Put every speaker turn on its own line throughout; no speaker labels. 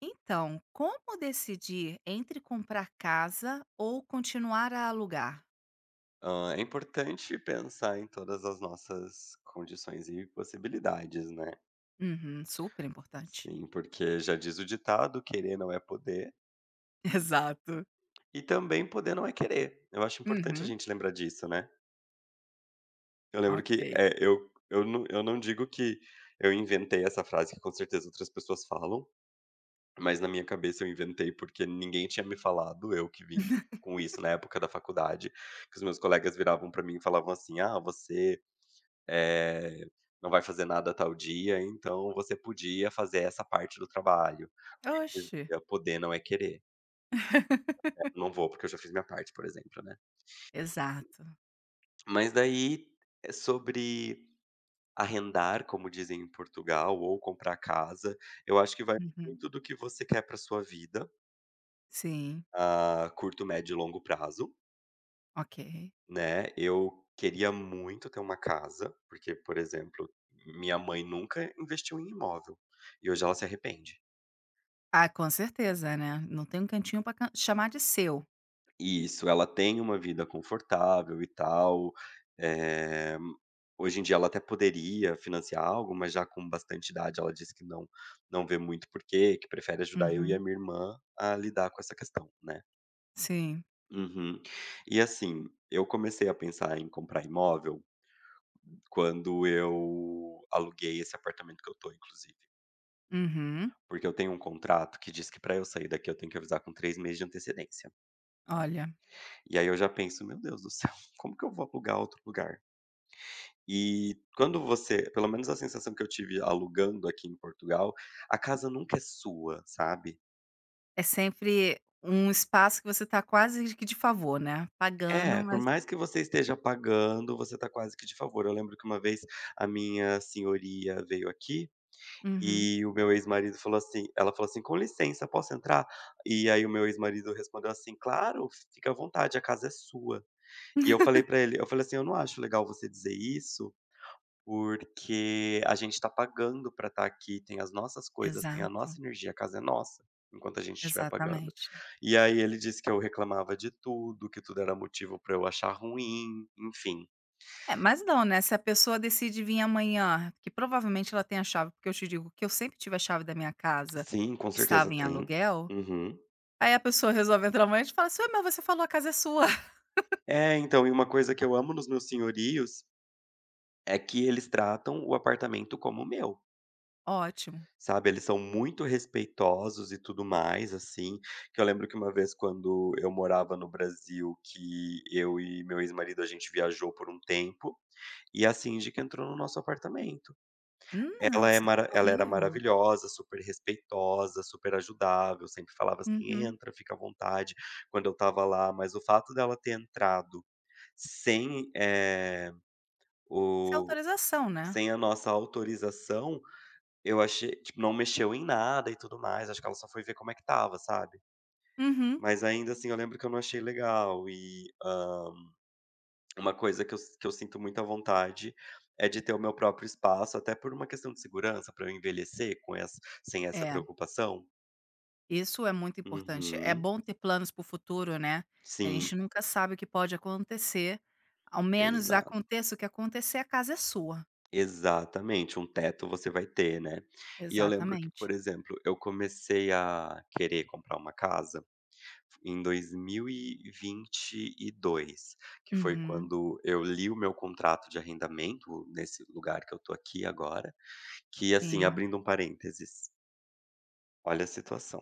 Então, como decidir entre comprar casa ou continuar a alugar?
É importante pensar em todas as nossas condições e possibilidades, né.
Uhum, super importante.
Sim, porque já diz o ditado: "Querer não é poder",
Exato.
e também poder não é querer. Eu acho importante a
Uhum,
gente lembrar disso, né. Eu lembro que,
ok.
eu não digo que eu inventei essa frase, que com certeza outras pessoas falam, mas na minha cabeça eu inventei, porque ninguém tinha me falado, eu que vim com isso na época da faculdade, que os meus colegas viravam pra mim e falavam assim: "Ah, você eh, não vai fazer nada tal dia, então você podia fazer essa parte do trabalho."
Oxe.
Podia poder não é querer. Não vou porque eu já fiz minha parte, por exemplo, né.
Exato.
Mas daí, sobre arrendar, como dizem em Portugal, ou comprar casa, eu acho que vai
Uhum,
muito do que você quer para sua vida,
sim,
a curto, médio e longo prazo,
ok.
né. Eu queria muito ter uma casa, porque, por exemplo, minha mãe nunca investiu em imóvel, e hoje ela se arrepende.
Ah, com certeza, né, não tem um cantinho para chamar de seu.
Isso, ela tem uma vida confortável e tal, eh, hoje em dia ela até poderia financiar algo, mas já com bastante idade ela disse que não não vê muito porquê, que prefere ajudar eu e a
Uhum,
minha irmã a lidar com essa questão, né.
sim.
Uhum. E assim, eu comecei a pensar em comprar imóvel quando eu aluguei esse apartamento que eu tô inclusive,
Uhum.
porque eu tenho um contrato que diz que pra eu sair daqui eu tenho que avisar com 3 meses de antecedência.
Olha,
E aí eu já penso: "Meu Deus do céu, como que eu vou alugar outro lugar?" E quando você pelo menos a sensação que eu tive alugando aqui em Portugal, a casa nunca é sua, sabe.
é sempre um espaço que você tá quase que de favor, né, pagando,
É, por
mas
mais que você esteja pagando, você tá quase que de favor. Eu lembro que uma vez a minha senhoria veio aqui,
uhum.
e o meu ex-marido falou assim ela falou assim: "Com licença, posso entrar?" E aí o meu ex-marido respondeu assim: "Claro, fica à vontade, a casa é sua". E eu falei pra ele, eu falei assim: "Eu não acho legal você dizer isso, porque a gente está pagando para estar aqui, tem as nossas coisas, tem a
Exato,
nossa energia, a casa é nossa, enquanto a gente estiver pagando."
exatamente.
E aí ele disse que eu reclamava de tudo, que tudo era motivo para eu achar ruim, enfim.
É, mas não, né, se a pessoa decide vir amanhã, que provavelmente ela tem a chave, porque eu te digo que eu sempre tive a chave da minha casa,
Sim, com
que
certeza
estava em
tem.
aluguel,
Uhum.
aí a pessoa resolve entrar amanhã e te fala assim: "Ué, mas você falou a casa é sua".
É, então, e uma coisa que eu amo nos meus senhorios, é que eles tratam o apartamento como meu.
Ótimo.
Sabe, eles são muito respeitosos e tudo mais, assim, que eu lembro que uma vez quando eu morava no Brasil, que eu e meu ex-marido a gente viajou por um tempo, e a síndica entrou no nosso apartamento.
Nossa, que coisa
Ela era
horrível.
maravilhosa, super respeitosa, super ajudável, sempre falava assim:
Uhum.
"Entra, fica à vontade", quando eu estava lá, mas o fato dela ter entrado sem, eh,
Sem
o
autorização, né.
sem a nossa autorização, eu achei tipo, não mexeu em nada e tudo mais, acho que ela só foi ver como é que estava, sabe.
Uhum.
Mas ainda assim eu lembro que eu não achei legal e, uma coisa que eu sinto muita vontade é de ter o meu próprio espaço, até por uma questão de segurança, pra eu envelhecer com essa sem essa
É,
preocupação.
isso é muito importante. É
Uhum.
bom ter planos para o futuro, né, a gente
Sim,
nunca sabe o que pode acontecer, ao menos
exato.
aconteça o que acontecer, a casa é sua.
Exatamente, um teto você vai ter, né. E eu lembro que,
Exatamente.
por exemplo, eu comecei a querer comprar uma casa em 2022, que foi
Uhum.
quando eu li o meu contrato de arrendamento nesse lugar que eu tô aqui agora, que assim,
Sim.
abrindo um parênteses, olha a situação.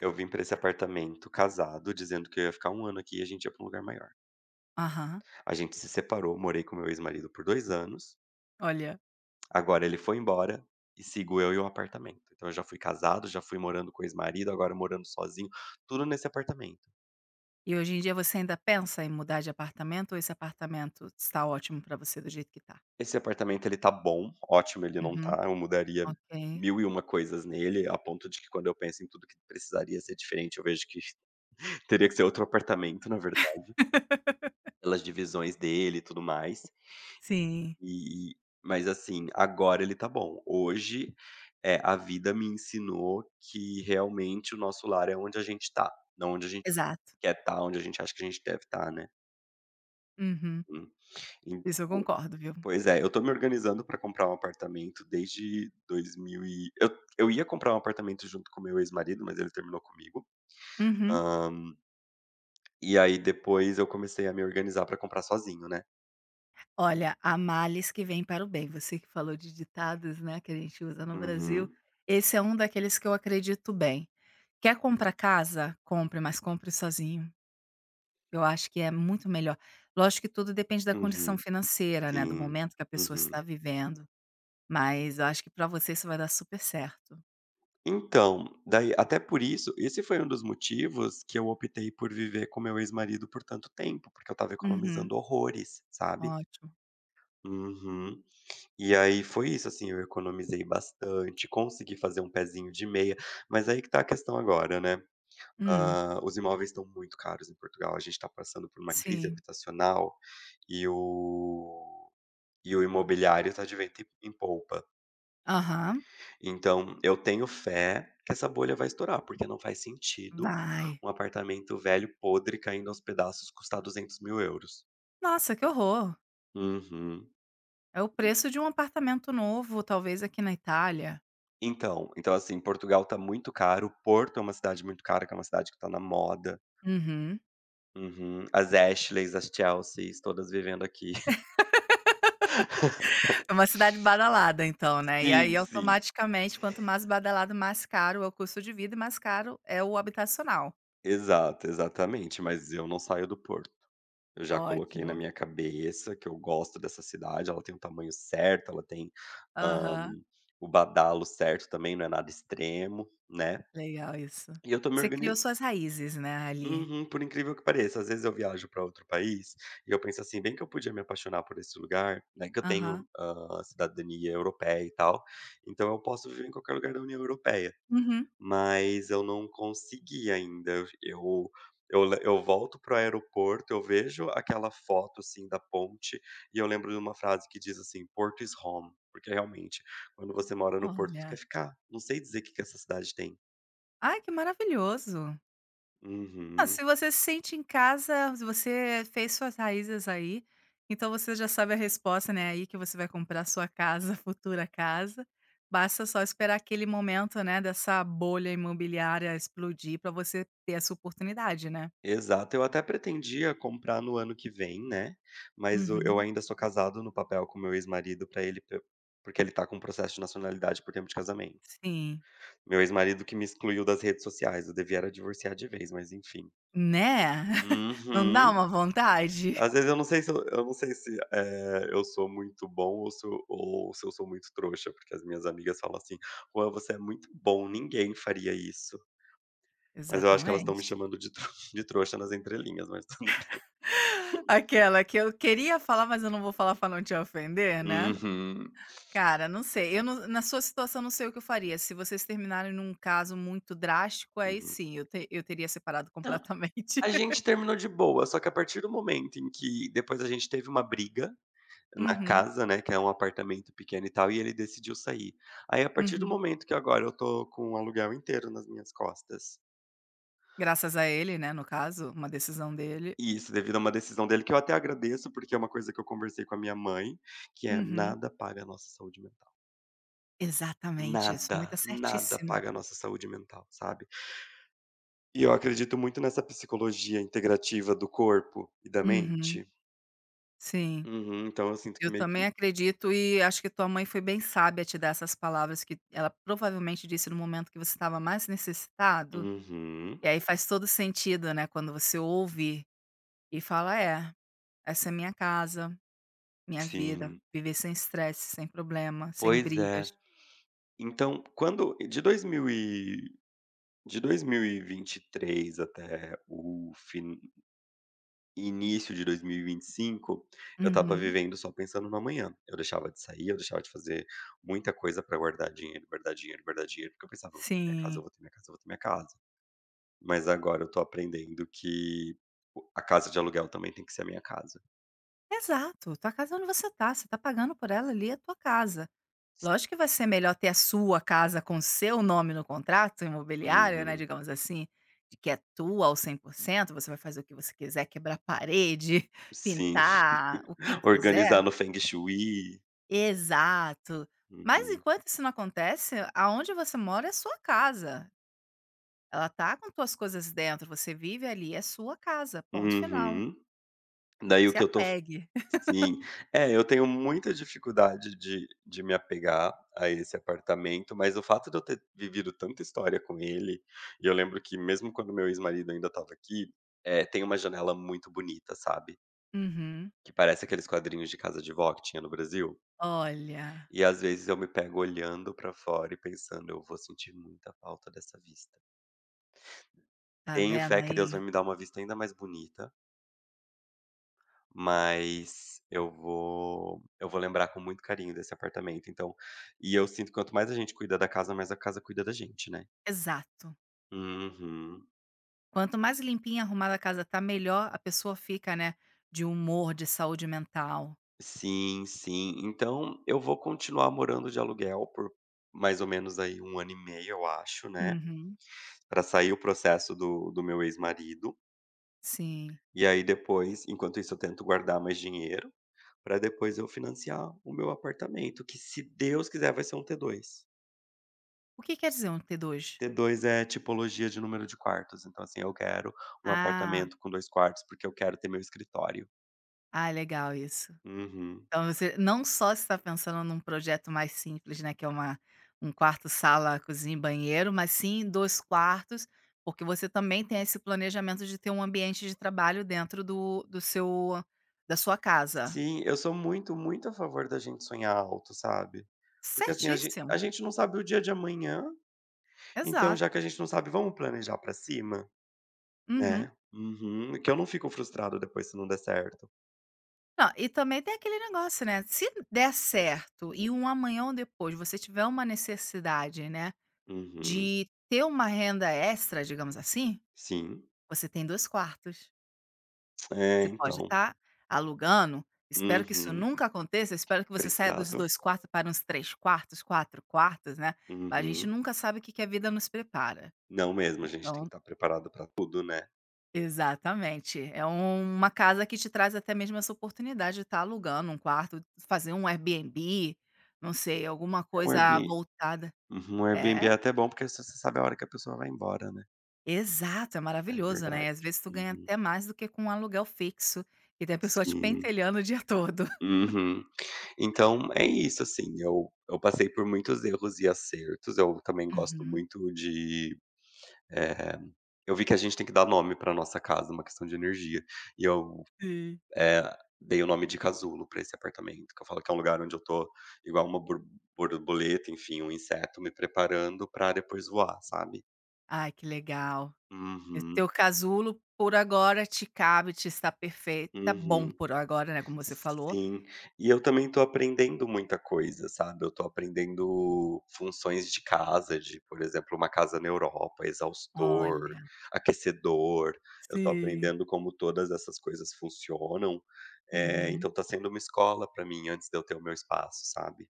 Eu vim pra esse apartamento casado, dizendo que eu ia ficar um ano aqui e a gente ia pra um lugar maior.
Aham.
A gente se separou, morei com meu ex-marido por 2 anos,
Olha.
agora ele foi embora e sigo eu e o apartamento. Então eu já fui casado, já fui morando com o ex-marido, agora morando sozinho, tudo nesse apartamento.
E hoje em dia você ainda pensa em mudar de apartamento ou esse apartamento está ótimo para você do jeito que tá?
Esse apartamento ele tá bom, ótimo ele não
Uhum.
tá, eu mudaria
Ok.
1001 coisas nele, a ponto de que quando eu penso em tudo que precisaria ser diferente, eu vejo que teria que ser outro apartamento, na verdade, pelas divisões dele e tudo mais.
Sim.
E mas assim, agora ele tá bom. Hoje, a vida me ensinou que realmente o nosso lar é onde a gente tá, não onde a gente
Exato.
quer estar, onde a gente acha que a gente deve estar, né.
Uhum.
Hum, então
Isso eu concordo, viu.
pois é, eu tô me organizando pra comprar um apartamento desde 2000 e eu ia comprar um apartamento junto com o meu ex-marido, mas ele terminou comigo.
Uhum.
Hã, e aí depois eu comecei a me organizar pra comprar sozinho, né.
Olha, há males que vêm para o bem. Você que falou de ditados, né, que a gente usa no Brasil,
Uhum,
esse é um daqueles que eu acredito bem. Quer comprar casa? Compre, mas compre sozinho. Eu acho que é muito melhor. Lógico que tudo depende da condição
uhum,
financeira, né, do
sim,
momento que a pessoa
uhum.
está vivendo. Mas eu acho que pra você isso vai dar super certo.
Então, daí até por isso, esse foi um dos motivos que eu optei por viver com meu ex-marido por tanto tempo, porque eu estava
Uhum,
economizando horrores, sabe.
ótimo.
Uhum. E aí foi isso, assim, eu economizei bastante, consegui fazer um pezinho de meia, mas aí que tá a questão agora, né.
Hum,
Os imóveis estão muito caros em Portugal, a gente está passando por uma crise
sim.
habitacional e o e o imobiliário está de vento em polpa.
Aham,
Então eu tenho fé que essa bolha vai estourar, porque não faz sentido
vai.
um apartamento velho, podre, caindo aos pedaços custar 200.000€.
Nossa, que horror.
Uhum.
É o preço de um apartamento novo, talvez aqui na Itália.
Então, assim, Portugal tá muito caro, Porto é uma cidade muito cara, que é uma cidade que tá na moda.
Uhum.
Uhum. As Ashleys, as Chelseas, todas vivendo aqui.
É uma cidade badalada então, né, e aí
Sim, sim.
automaticamente quanto mais badalado, mais caro é o custo de vida e mais caro é o habitacional.
Exato, exatamente, mas eu não saio do Porto. Eu já coloquei na
Ótimo.
minha cabeça que eu gosto dessa cidade, ela tem o tamanho certo, ela tem, hã,
Aham,
o badalo certo também, não é nada extremo, né.
legal isso.
E eu tô me
Você criou
organizando.
suas raízes, né, ali.
Uhum, por incrível que pareça, às vezes eu viajo para outro país e eu penso assim, bem que eu podia me apaixonar por esse lugar, né, que eu
Aham.
tenho, cidadania europeia e tal, então eu posso viver em qualquer lugar da União Europeia,
Uhum.
mas eu não consegui ainda. Eu volto para o aeroporto, eu vejo aquela foto, assim, da ponte e eu lembro de uma frase que diz assim: "Porto is home", porque realmente, quando você mora no Porto, tu quer
Olha.
ficar. Não sei dizer o que que essa cidade tem.
Ai, que maravilhoso. Ah,
Uhum.
se você se sente em casa, se você fez suas raízes aí, então você já sabe a resposta, né, é aí que você vai comprar sua casa, futura casa. Basta só esperar aquele momento, né, dessa bolha imobiliária explodir para você ter essa oportunidade, né.
Exato, eu até pretendia comprar no ano que vem, né, mas o eu
Uhum.
ainda sou casado no papel com meu ex-marido para ele p porque ele tá com um processo de nacionalidade por tempo de casamento.
Sim.
Meu ex-marido que me excluiu das redes sociais, eu devia era divorciar de vez, mas enfim.
Né? Não dá
Uhum.
uma vontade?
Às vezes eu não sei se, eu sou muito bom ou se eu sou muito trouxa, porque as minhas amigas falam assim: "Juan, você é muito bom, ninguém faria isso". Mas eu acho que elas estão me
Exatamente.
chamando de tro de trouxa nas entrelinhas, mas tudo bem.
Aquela que eu queria falar, mas eu não vou falar para não te ofender, né.
Uhum.
Cara, não sei, eu não na sua situação não sei o que eu faria, se vocês terminarem num caso muito drástico, aí
Uhum.
sim, eu teria separado
Não,
completamente.
a gente terminou de boa, só que a partir do momento em que depois a gente teve uma briga na
Uhum,
casa, né, que é um apartamento pequeno e tal, e ele decidiu sair. Aí a partir do
uhum.
momento que agora eu tô com o aluguel inteiro nas minhas costas,
Graças a ele, né, no caso, uma decisão dele.
e isso devido a uma decisão dele que eu até agradeço, porque é uma coisa que eu conversei com a minha mãe, que é
Uhum.
nada paga a nossa saúde mental.
Exatamente, sua mãe tá
Nada, nada
certíssima.
paga a nossa saúde mental, sabe. E eu acredito muito nessa psicologia integrativa do corpo e da
Uhum,
mente.
sim.
Uhum, então eu sinto que
Eu
meio que
também acredito e acho que tua mãe foi bem sábia te dar essas palavras que ela provavelmente disse no momento que você estava mais necessitado,
uhum.
e aí faz todo sentido, né, quando você ouve e fala: "É, essa é minha casa". Minha vida,
Sim,
viver sem estresse, sem problema, sem
pois
brigas.
é. Então, quando de dois mil e vinte e três até o fin início de dois mil e vinte e cinco eu tava
Uhum.
vivendo só pensando no amanhã. Eu deixava de sair, eu deixava de fazer muita coisa pra guardar dinheiro, guardar dinheiro, guardar dinheiro, porque eu pensava: "Eu vou ter minha casa, eu
Sim.
vou ter minha casa, eu vou ter minha casa". Mas agora eu tô aprendendo que o a casa de aluguel também tem que ser a minha casa.
Exato, tua casa é onde você tá pagando por ela ali, é tua casa. Lógico que vai ser melhor ter a sua casa com seu nome no contrato imobiliário, né,
Uhum.
digamos assim, de que é tua ao 100% você vai fazer o que você quiser, quebrar parede,
Sim.
pintar, o que tu quiser.
Organizar no feng shui.
Exato. Mas
Uhum.
enquanto isso não acontece, aonde você mora é sua casa. Ela tá com tuas coisas dentro, você vive ali, é sua casa, ponto final,
Uhum. Daí o
se
que eu tô
apegue.
sim. É, eu tenho muita dificuldade de me apegar a esse apartamento, mas o fato de eu ter vivido tanta história com ele, e eu lembro que mesmo quando meu ex-marido ainda estava aqui, é tem uma janela muito bonita, sabe,
Uhum.
que parece aqueles quadrinhos de casa de vó que tinha no Brasil.
Olha,
E às vezes eu me pego olhando pra fora e pensando: "Eu vou sentir muita falta dessa vista".
tá
Tenho
vendo
fé que Deus vai
aí?
me dar uma vista ainda mais bonita. Mas eu vou lembrar com muito carinho desse apartamento, então, e eu sinto que quanto mais a gente cuida da casa, mais a casa cuida da gente, né.
Exato.
Uhum.
Quanto mais limpinha e arrumada a casa tá, melhor a pessoa fica, né, de humor, de saúde mental.
Sim, sim. Então eu vou continuar morando de aluguel por mais ou menos aí um ano e meio, eu acho, né,
Uhum.
pra sair o processo do meu ex-marido.
Sim.
E aí depois, enquanto isso, eu tento guardar mais dinheiro, pra depois eu financiar o meu apartamento, que se Deus quiser vai ser um T2.
O que quer dizer um t dois?
T2 é tipologia de número de quartos, então, assim, eu quero um
Ah,
apartamento com 2 quartos, porque eu quero ter meu escritório.
ah, legal isso.
Uhum.
Então você não só está pensando num projeto mais simples, né, que é uma um quarto, sala, cozinha e banheiro, mas sim 2 quartos, porque você também tem esse planejamento de ter um ambiente de trabalho dentro do seu da sua casa.
Sim, eu sou muito, muito a favor da gente sonhar alto, sabe. Porque, assim, a gente, a
Certíssimo.
gente não sabe o dia de amanhã, então já que a
Exato.
gente não sabe, vamos planejar pra cima,
Uhum.
né. Uhum. Que eu não fico frustrado depois se não der certo.
Não, e também tem aquele negócio, né, se der certo e um amanhã ou depois você tiver uma necessidade, né,
Uhum.
de ter uma renda extra, digamos assim,
Sim.
você tem 2 quartos.
É,
Você pode
então.
estar alugando, espero que isso
Uhum.
nunca aconteça, espero que você saia dos
Obrigado.
2 quartos para uns 3 quartos, 4 quartos, né, mas a gente
Uhum.
nunca sabe o que que a vida nos prepara.
Não mesmo, a gente tem que
Então
estar preparado pra tudo, né.
exatamente, é um- uma casa que te traz até mesmo essa oportunidade de estar alugando um quarto, fazer um Airbnb, não sei, alguma
É um
coisa
Airbn
voltada
Uhum, o Airbnb é
é,
até bom, porque você sabe a hora que a pessoa vai embora, né.
exato, é
É
maravilhoso, né,
verdade.
e às vezes tu ganha
Uhum.
até mais do que com um aluguel fixo, e tem a pessoa te
Sim.
pentelhando o dia todo.
Uhum. Então é isso, assim, eu passei por muitos erros e acertos, eu também gosto
Uhum,
muito de, eh, eu vi que a gente tem que dar nome para nossa casa, uma questão de energia, e eu,
sim.
eh, dei o nome de Casulo para esse apartamento, que eu falo que é um lugar onde eu tô igual uma borboleta, enfim, um inseto, me preparando para depois voar, sabe.
Ai, que legal. E
Uhum,
teu casulo, por agora, te cabe, te está perfeito tá bom
uhum.
por agora, né, como você falou.
Sim, e eu também tô aprendendo muita coisa, sabe, eu tô aprendendo funções de casa, de, por exemplo, uma casa na Europa, exaustor,
Olha,
aquecedor, eu tô
sim.
aprendendo como todas essas coisas funcionam,
Uhum.
então tá sendo uma escola pra mim antes de eu ter o meu espaço, sabe.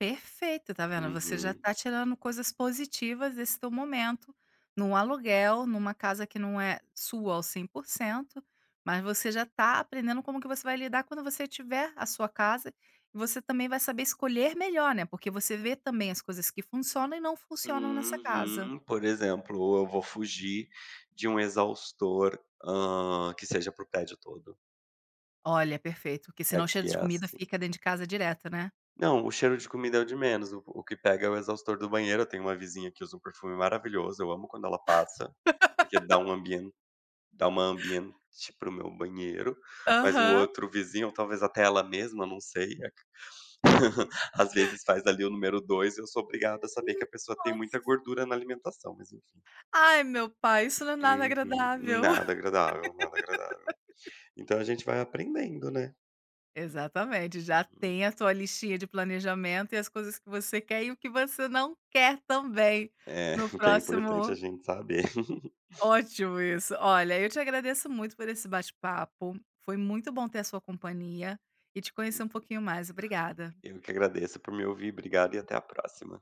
Perfeito, tá vendo? Você já
Uhum.
tá tirando coisas positivas desse teu momento, num aluguel, numa casa que não é sua ao 100%, mas você já tá aprendendo como que você vai lidar quando você tiver a sua casa, e você também vai saber escolher melhor, né, porque você vê também as coisas que funcionam e não funcionam nessa casa.
Uhum. Por exemplo, eu vou fugir de um exaustor, que seja para o prédio todo,
Olha, perfeito, porque
e
senão o cheiro
aqui
de
é
comida
assim.
fica dentro de casa direto, né?
Não, o cheiro de comida é o de menos, o que pega é o exaustor do banheiro. Eu tenho uma vizinha que usa um perfume maravilhoso, eu amo quando ela passa, porque dá uma ambiente para o meu banheiro, mas o
Aham.
outro vizinho, ou talvez até ela mesma, não sei, às vezes faz ali o número 2. Eu sou obrigado a saber que a pessoa tem muita
Nossa.
gordura na alimentação, mas enfim.
Ai, meu pai, isso não é nada
Uhum.
agradável.
Nada agradável, nada agradável. Então a gente vai aprendendo, né.
Exatamente, já tem a tua listinha de planejamento e as coisas que você quer e o que você não quer também
É,
no
que é importante a
próximo
gente saber.
ótimo isso. Olha, eu te agradeço muito por esse bate-papo, foi muito bom ter a sua companhia e te conhecer um pouquinho mais. Obrigada.
Eu que agradeço por me ouvir, obrigado e até a próxima.